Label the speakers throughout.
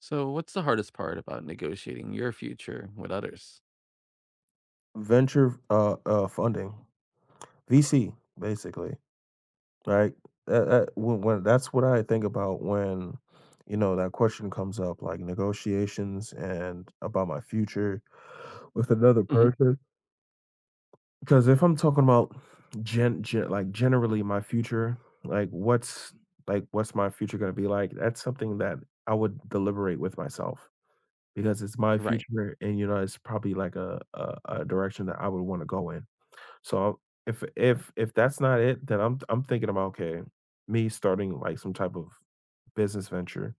Speaker 1: So, what's the hardest part about negotiating your future with others?
Speaker 2: Venture, funding, VC, basically, right? That when that's what I think about when, that question comes up, like negotiations and about my future with another
Speaker 1: Hmm.
Speaker 2: person. Because if I'm talking about gen, gen like generally my future, like what's like what's my future gonna be like? That's something that I would deliberate with myself because it's my
Speaker 1: Right.
Speaker 2: future, and it's probably like a direction that I would want to go in. So, if that's not it, then I'm thinking about, okay, me starting, like, some type of business venture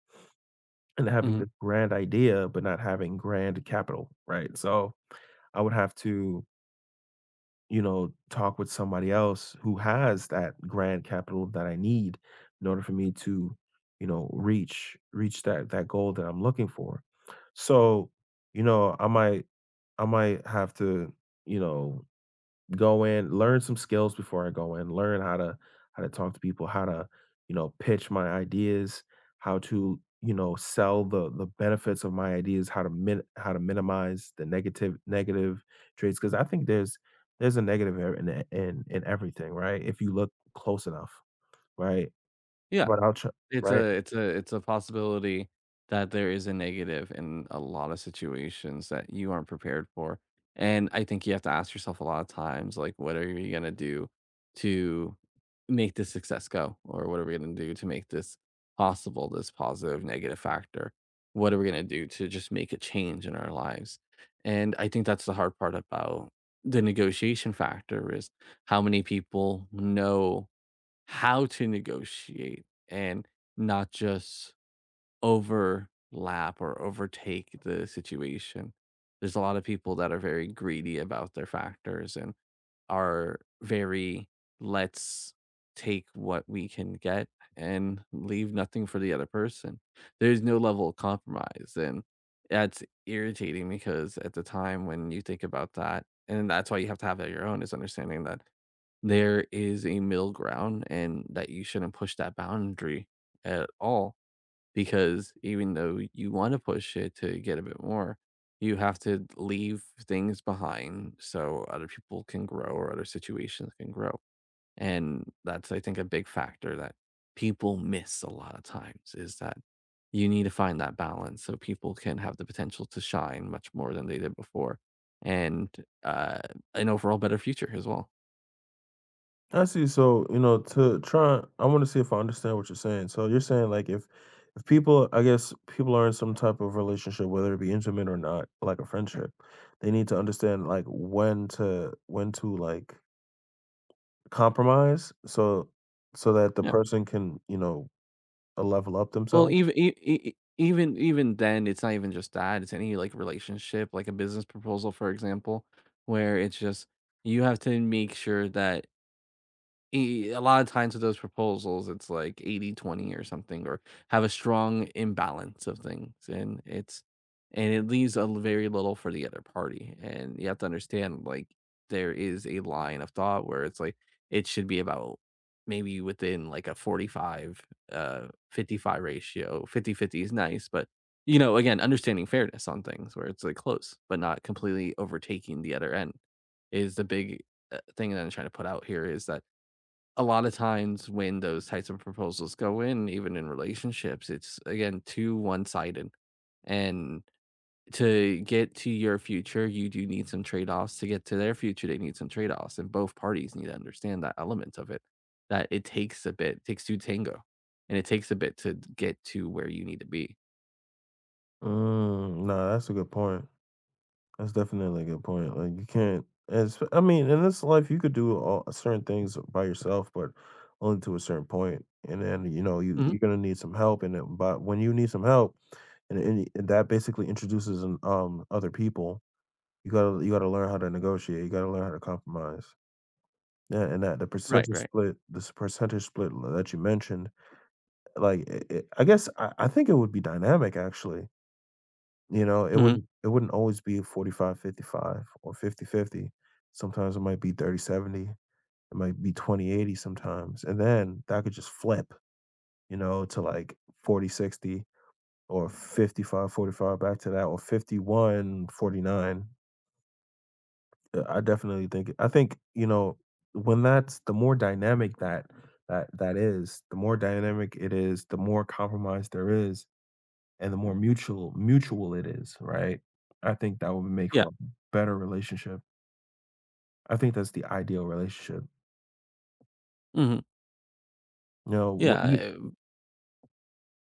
Speaker 2: and having
Speaker 1: Hmm.
Speaker 2: the grand idea, but not having grand capital, right? So, I would have to, talk with somebody else who has that grand capital that I need in order for me to, reach that goal that I'm looking for. So, you know, I might I might have to, you know go in, learn some skills before I go in, learn how to talk to people, how to, pitch my ideas, how to, sell the benefits of my ideas, how to minimize the negative traits, because I think there's a negative in e in in everything, right? If you look close enough, right?
Speaker 1: Yeah.
Speaker 2: But I'll try,
Speaker 1: It's a
Speaker 2: right?
Speaker 1: it's a it's a possibility that there is a negative in a lot of situations that you aren't prepared for, and I think you have to ask yourself a lot of times, like, what are you gonna do to make this success go, or what are we gonna do to make this possible, this positive negative factor? What are we gonna do to just make a change in our lives? And I think that's the hard part about the negotiation factor is how many people know how to negotiate and not just overlap or overtake the situation. There's a lot of people that are very greedy about their factors and are very, let's take what we can get and leave nothing for the other person. There's no level of compromise. And that's irritating, because at the time when you think about that, and that's why you have to have that your own is understanding that there is a middle ground and that you shouldn't push that boundary at all, because even though you want to push it to get a bit more, you have to leave things behind so other people can grow or other situations can grow, and that's, I think, a big factor that people miss a lot of times, is that you need to find that balance so people can have the potential to shine much more than they did before, and uh, an overall better future as well.
Speaker 2: I see. So, you know, to try I want to see if I understand what you're saying. So you're saying like if people, I guess people are in some type of relationship, whether it be intimate or not, like a friendship, they need to understand like when to like compromise, so that the
Speaker 1: Yeah.
Speaker 2: person can, level up
Speaker 1: Well,
Speaker 2: themselves.
Speaker 1: even e e e even even then, it's not even just that, it's any, like, relationship, like a business proposal, for example, where it's just you have to make sure that E a lot of times with those proposals, it's like 80/20 or something, or have a strong imbalance of things, and it's and it leaves a l very little for the other party, and you have to understand, like, there is a line of thought where it's like, it should be about maybe within, like, a 45, 55 ratio. 50/50 is nice, but, you know, again, understanding fairness on things where it's, like, close, but not completely overtaking the other end is the big, thing that I'm trying to put out here is that a lot of times when those types of proposals go in, even in relationships, it's again too one sided. And to get to your future, you do need some trade offs. To get to their future, they need some trade offs. And both parties need to understand that element of it, that it takes a bit, takes two tango, and it takes a bit to get to where you need to be.
Speaker 2: Mm, nah, that's a good point. That's definitely a good point. Like you can't, as I mean, in this life you could do all certain things by yourself, but only to a certain point. And then, you,
Speaker 1: Hmm.
Speaker 2: you're gonna need some help, and but when you need some help and that basically introduces an other people, you gotta learn how to negotiate, you gotta learn how to compromise. Yeah, and that the
Speaker 1: Right,
Speaker 2: percentage
Speaker 1: right.
Speaker 2: split, this percentage split that you mentioned, like I guess I think it would be dynamic actually. It
Speaker 1: Hmm.
Speaker 2: wouldn't it wouldn't always be 45-55 or 50-50. Sometimes it might be 30-70. It might be 20-80 sometimes. And then that could just flip, to like 40-60 or 55-45 back to that, or 51-49. I think, when that's the more dynamic that that is, the more dynamic it is, the more compromise there is, and the more mutual it is, right? I think that would make
Speaker 1: Yeah.
Speaker 2: for a better relationship. I think that's the ideal relationship.
Speaker 1: Hmm.
Speaker 2: You know, what you—
Speaker 1: Yeah.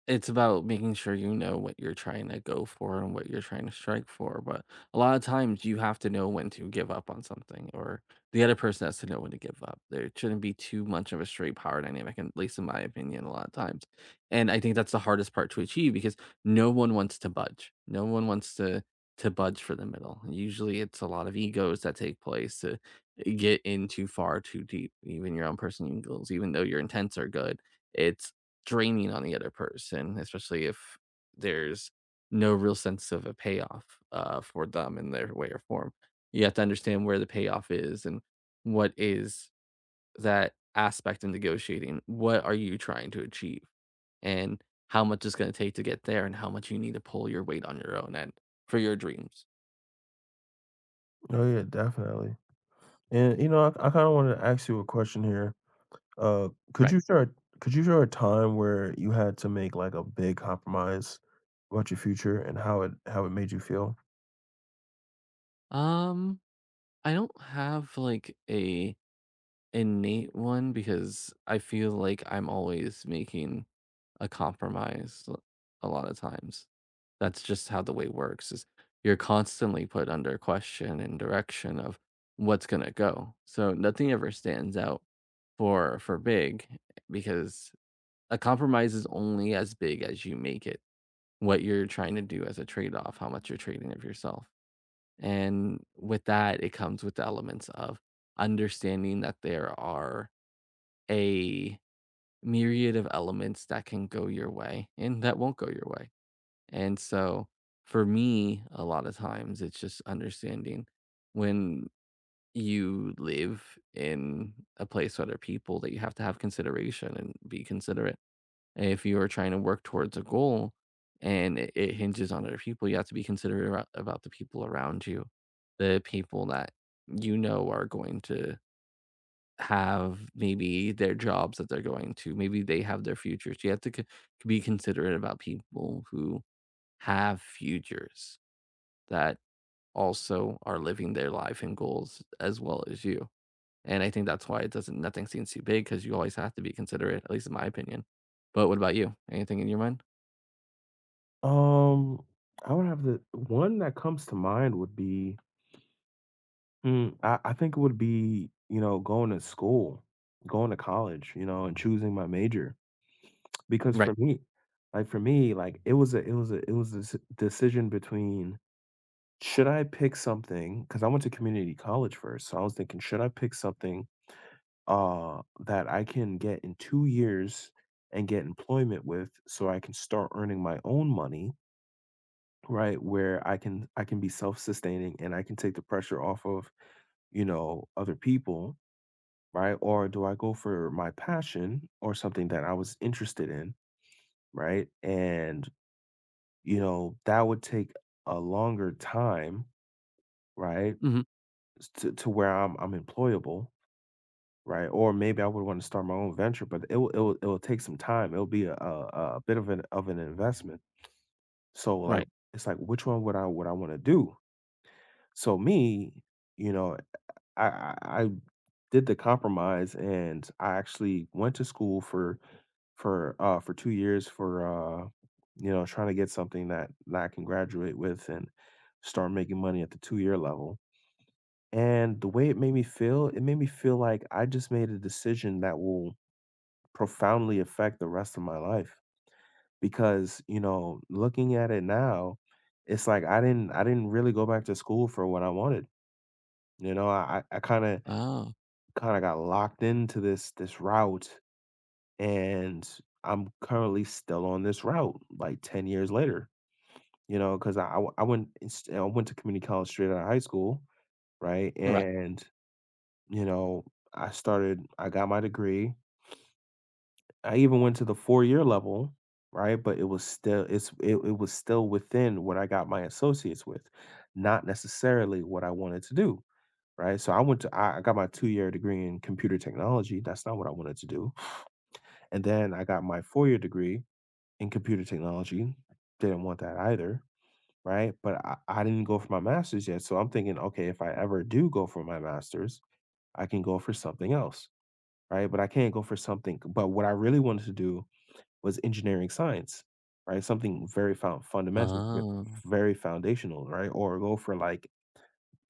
Speaker 1: It's about making sure you know what you're trying to go for and what you're trying to strike for, but a lot of times you have to know when to give up on something, or the other person has to know when to give up. There shouldn't be too much of a straight power dynamic, at least in my opinion, a lot of times. And I think that's the hardest part to achieve, because no one wants to budge. No one wants to budge for the middle. Usually it's a lot of egos that take place to get in too far, too deep. Even your own personal egos, even though your intents are good. It's draining on the other person, especially if there's no real sense of a payoff for them in their way or form. You have to understand where the payoff is, and what is that aspect in negotiating. What are you trying to achieve? And how much it's going to take to get there, and how much you need to pull your weight on your own end for your dreams.
Speaker 2: Oh, yeah, definitely. And, I kinda wanted to ask you a question here. Uh, could
Speaker 1: Right.
Speaker 2: you share a could you share a time where you had to make, like, a big compromise about your future and how it made you feel?
Speaker 1: Um, I don't have like a innate one because I feel like I'm always making a compromise l a lot of times. That's just how the way works, is you're constantly put under question and direction of what's gonna go. So nothing ever stands out for big, because a compromise is only as big as you make it, what you're trying to do as a trade-off, how much you're trading of yourself. And with that, it comes with the elements of understanding that there are a myriad of elements that can go your way and that won't go your way. And so for me, a lot of times it's just understanding, when you live in a place with other people, that you have to have consideration and be considerate. And if you are trying to work towards a goal and it hinges on other people, you have to be considerate about the people around you, the people that you know are going to have maybe their jobs that they're going to, maybe they have their futures. You have to be considerate about people who have futures, that also are living their life and goals as well as you. And I think that's why it doesn't, nothing seems too big, because you always have to be considerate, at least in my opinion. But what about you? Anything in your mind?
Speaker 2: Um, I would have— the one that comes to mind would be— I think it would be, going to school, going to college, and choosing my major. Because
Speaker 1: Right.
Speaker 2: for me, like, it was a— it was a it was a s decision between, should I pick something? Because I went to community college first, so I was thinking, should I pick something, that I can get in 2 years and get employment with so I can start earning my own money, right, where I can be self-sustaining and I can take the pressure off of, other people? Right? Or do I go for my passion, or something that I was interested in, right? And, that would take a longer time, right?
Speaker 1: Hmm.
Speaker 2: To where I'm employable, right? Or maybe I would want to start my own venture, but it will take some time. It'll be a bit of an investment. So like,
Speaker 1: Right.
Speaker 2: it's like, which one would I want to do? So me, you know, I did the compromise, and I actually went to school for for 2 years for you know trying to get something that I can graduate with and start making money at the 2-year level. And the way it made me feel, it made me feel like I just made a decision that will profoundly affect the rest of my life. Because, looking at it now, it's like I didn't really go back to school for what I wanted. I kind of
Speaker 1: Oh.
Speaker 2: kind of got locked into this route, and I'm currently still on this route, like 10 years later, because, I w- I went inst- I went to community college straight out of high school, right?
Speaker 1: Right.
Speaker 2: And you know, I got my degree. I even went to the 4-year level, right? But it was still within what I got my associates with, not necessarily what I wanted to do. Right. So I went to I got my 2-year degree in computer technology. That's not what I wanted to do. And then I got my 4-year degree in computer technology. Didn't want that either, right? But I didn't go for my master's yet. So I'm thinking, okay, if I ever do go for my master's, I can go for something else, right? But I can't go for something. But what I really wanted to do was engineering science, right? Something very found fundamental, but
Speaker 1: Oh.
Speaker 2: very foundational, right? Or go for like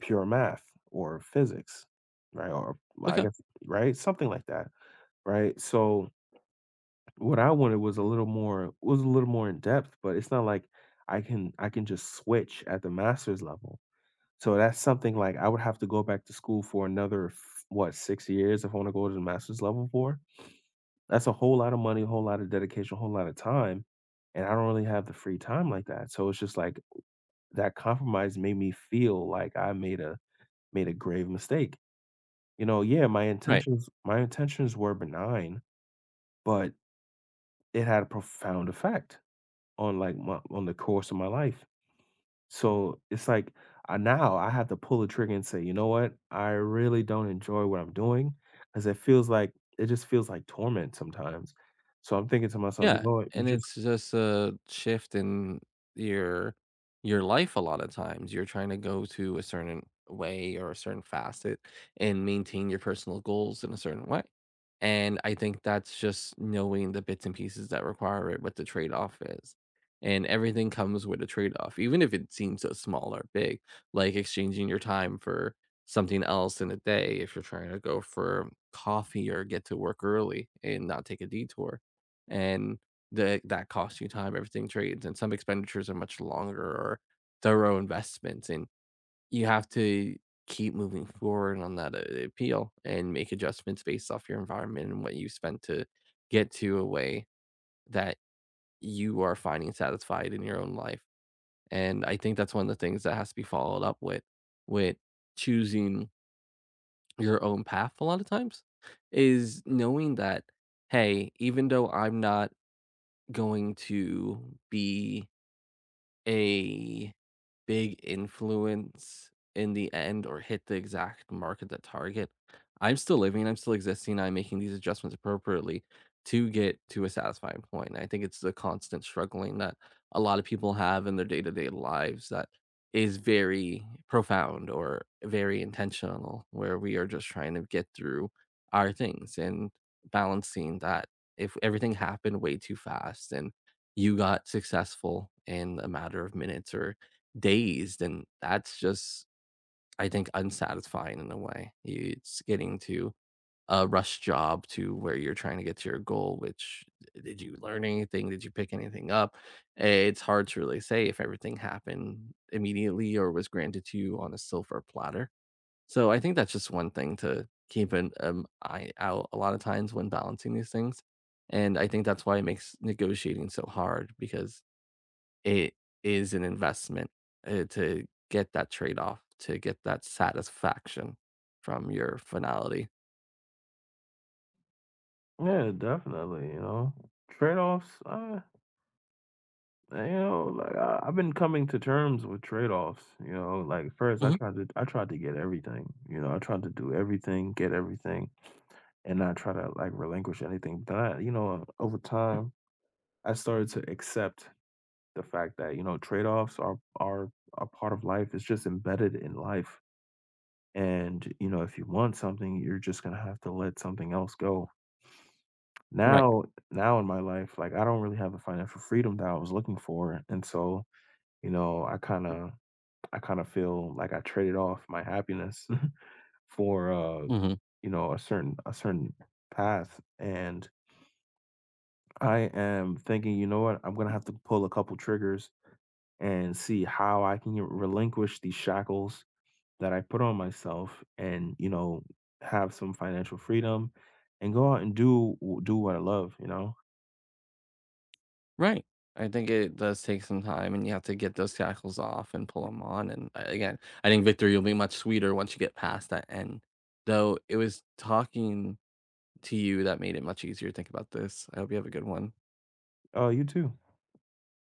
Speaker 2: pure math or physics, right? Or I
Speaker 1: Okay.
Speaker 2: guess, right? Something like that, right? So what I wanted was a little more in depth, but it's not like I can just switch at the master's level. So that's something like I would have to go back to school for another what, 6 years if I want to go to the master's level for. That's a whole lot of money, a whole lot of dedication, a whole lot of time, and I don't really have the free time like that. So it's just like that compromise made me feel like I made a grave mistake. Yeah,
Speaker 1: Right.
Speaker 2: my intentions were benign, but it had a profound effect on, like, my on the course of my life. So, it's like, I now I have to pull the trigger and say, "You know what? I really don't enjoy what I'm doing," because it just feels like torment sometimes. So, I'm thinking to myself, "You
Speaker 1: Yeah,
Speaker 2: know what? You
Speaker 1: and
Speaker 2: just—"
Speaker 1: it's just a shift in your your life a lot of times. You're trying to go to a certain way or a certain facet and maintain your personal goals in a certain way. And I think that's just knowing the bits and pieces that require it, what the trade-off is. And everything comes with a trade-off, even if it seems so small or big, like exchanging your time for something else in a day, if you're trying to go for coffee or get to work early and not take a detour, and the that costs you time, everything trades, and some expenditures are much longer or thorough investments, and you have to keep moving forward on that appeal and make adjustments based off your environment and what you spent to get to a way that you are finding satisfied in your own life. And I think that's one of the things that has to be followed up with choosing your own path a lot of times, is knowing that, hey, even though I'm not going to be a big influence in the end or hit the exact market that target, I'm still living, I'm still existing, I'm making these adjustments appropriately to get to a satisfying point. And I think it's the constant struggling that a lot of people have in their day-to-day lives, that is very profound or very intentional, where we are just trying to get through our things and balancing that. If everything happened way too fast and you got successful in a matter of minutes or days, and that's just, I think, unsatisfying in a way. It's getting to a rush job to where you're trying to get to your goal, which, did you learn anything? Did you pick anything up? It's hard to really say if everything happened immediately or was granted to you on a silver platter. So I think that's just one thing to keep an eye out a lot of times when balancing these things. And I think that's why it makes negotiating so hard, because it is an investment, to get that trade-off, to get that satisfaction from your finality.
Speaker 2: Yeah, definitely, you know? Trade-offs, you know, like, I've been coming to terms with trade-offs, you know? Like, first,
Speaker 1: Mhm.
Speaker 2: I tried to get everything, you know? I tried to do everything, get everything, and not try to, like, relinquish anything, but then over time I started to accept the fact that, trade-offs are a part of life. It's just embedded in life. And, if you want something, you're just gonna have to let something else go.
Speaker 1: Right.
Speaker 2: Now now in my life, like, I don't really have the financial freedom that I was looking for. And so, you know, I kinda I kinda feel like I traded off my happiness for
Speaker 1: Mhm.
Speaker 2: a certain path. And I am thinking, you know what, I'm gonna have to pull a couple triggers and see how I can relinquish these shackles that I put on myself and, have some financial freedom and go out and do what I love, you know?
Speaker 1: Right. I think it does take some time, and you have to get those shackles off and pull them on, and, a again, I think victory will be much sweeter once you get past that end. Though, it was talking to you that made it much easier to think about this. I hope you have a good one.
Speaker 2: Oh, you too.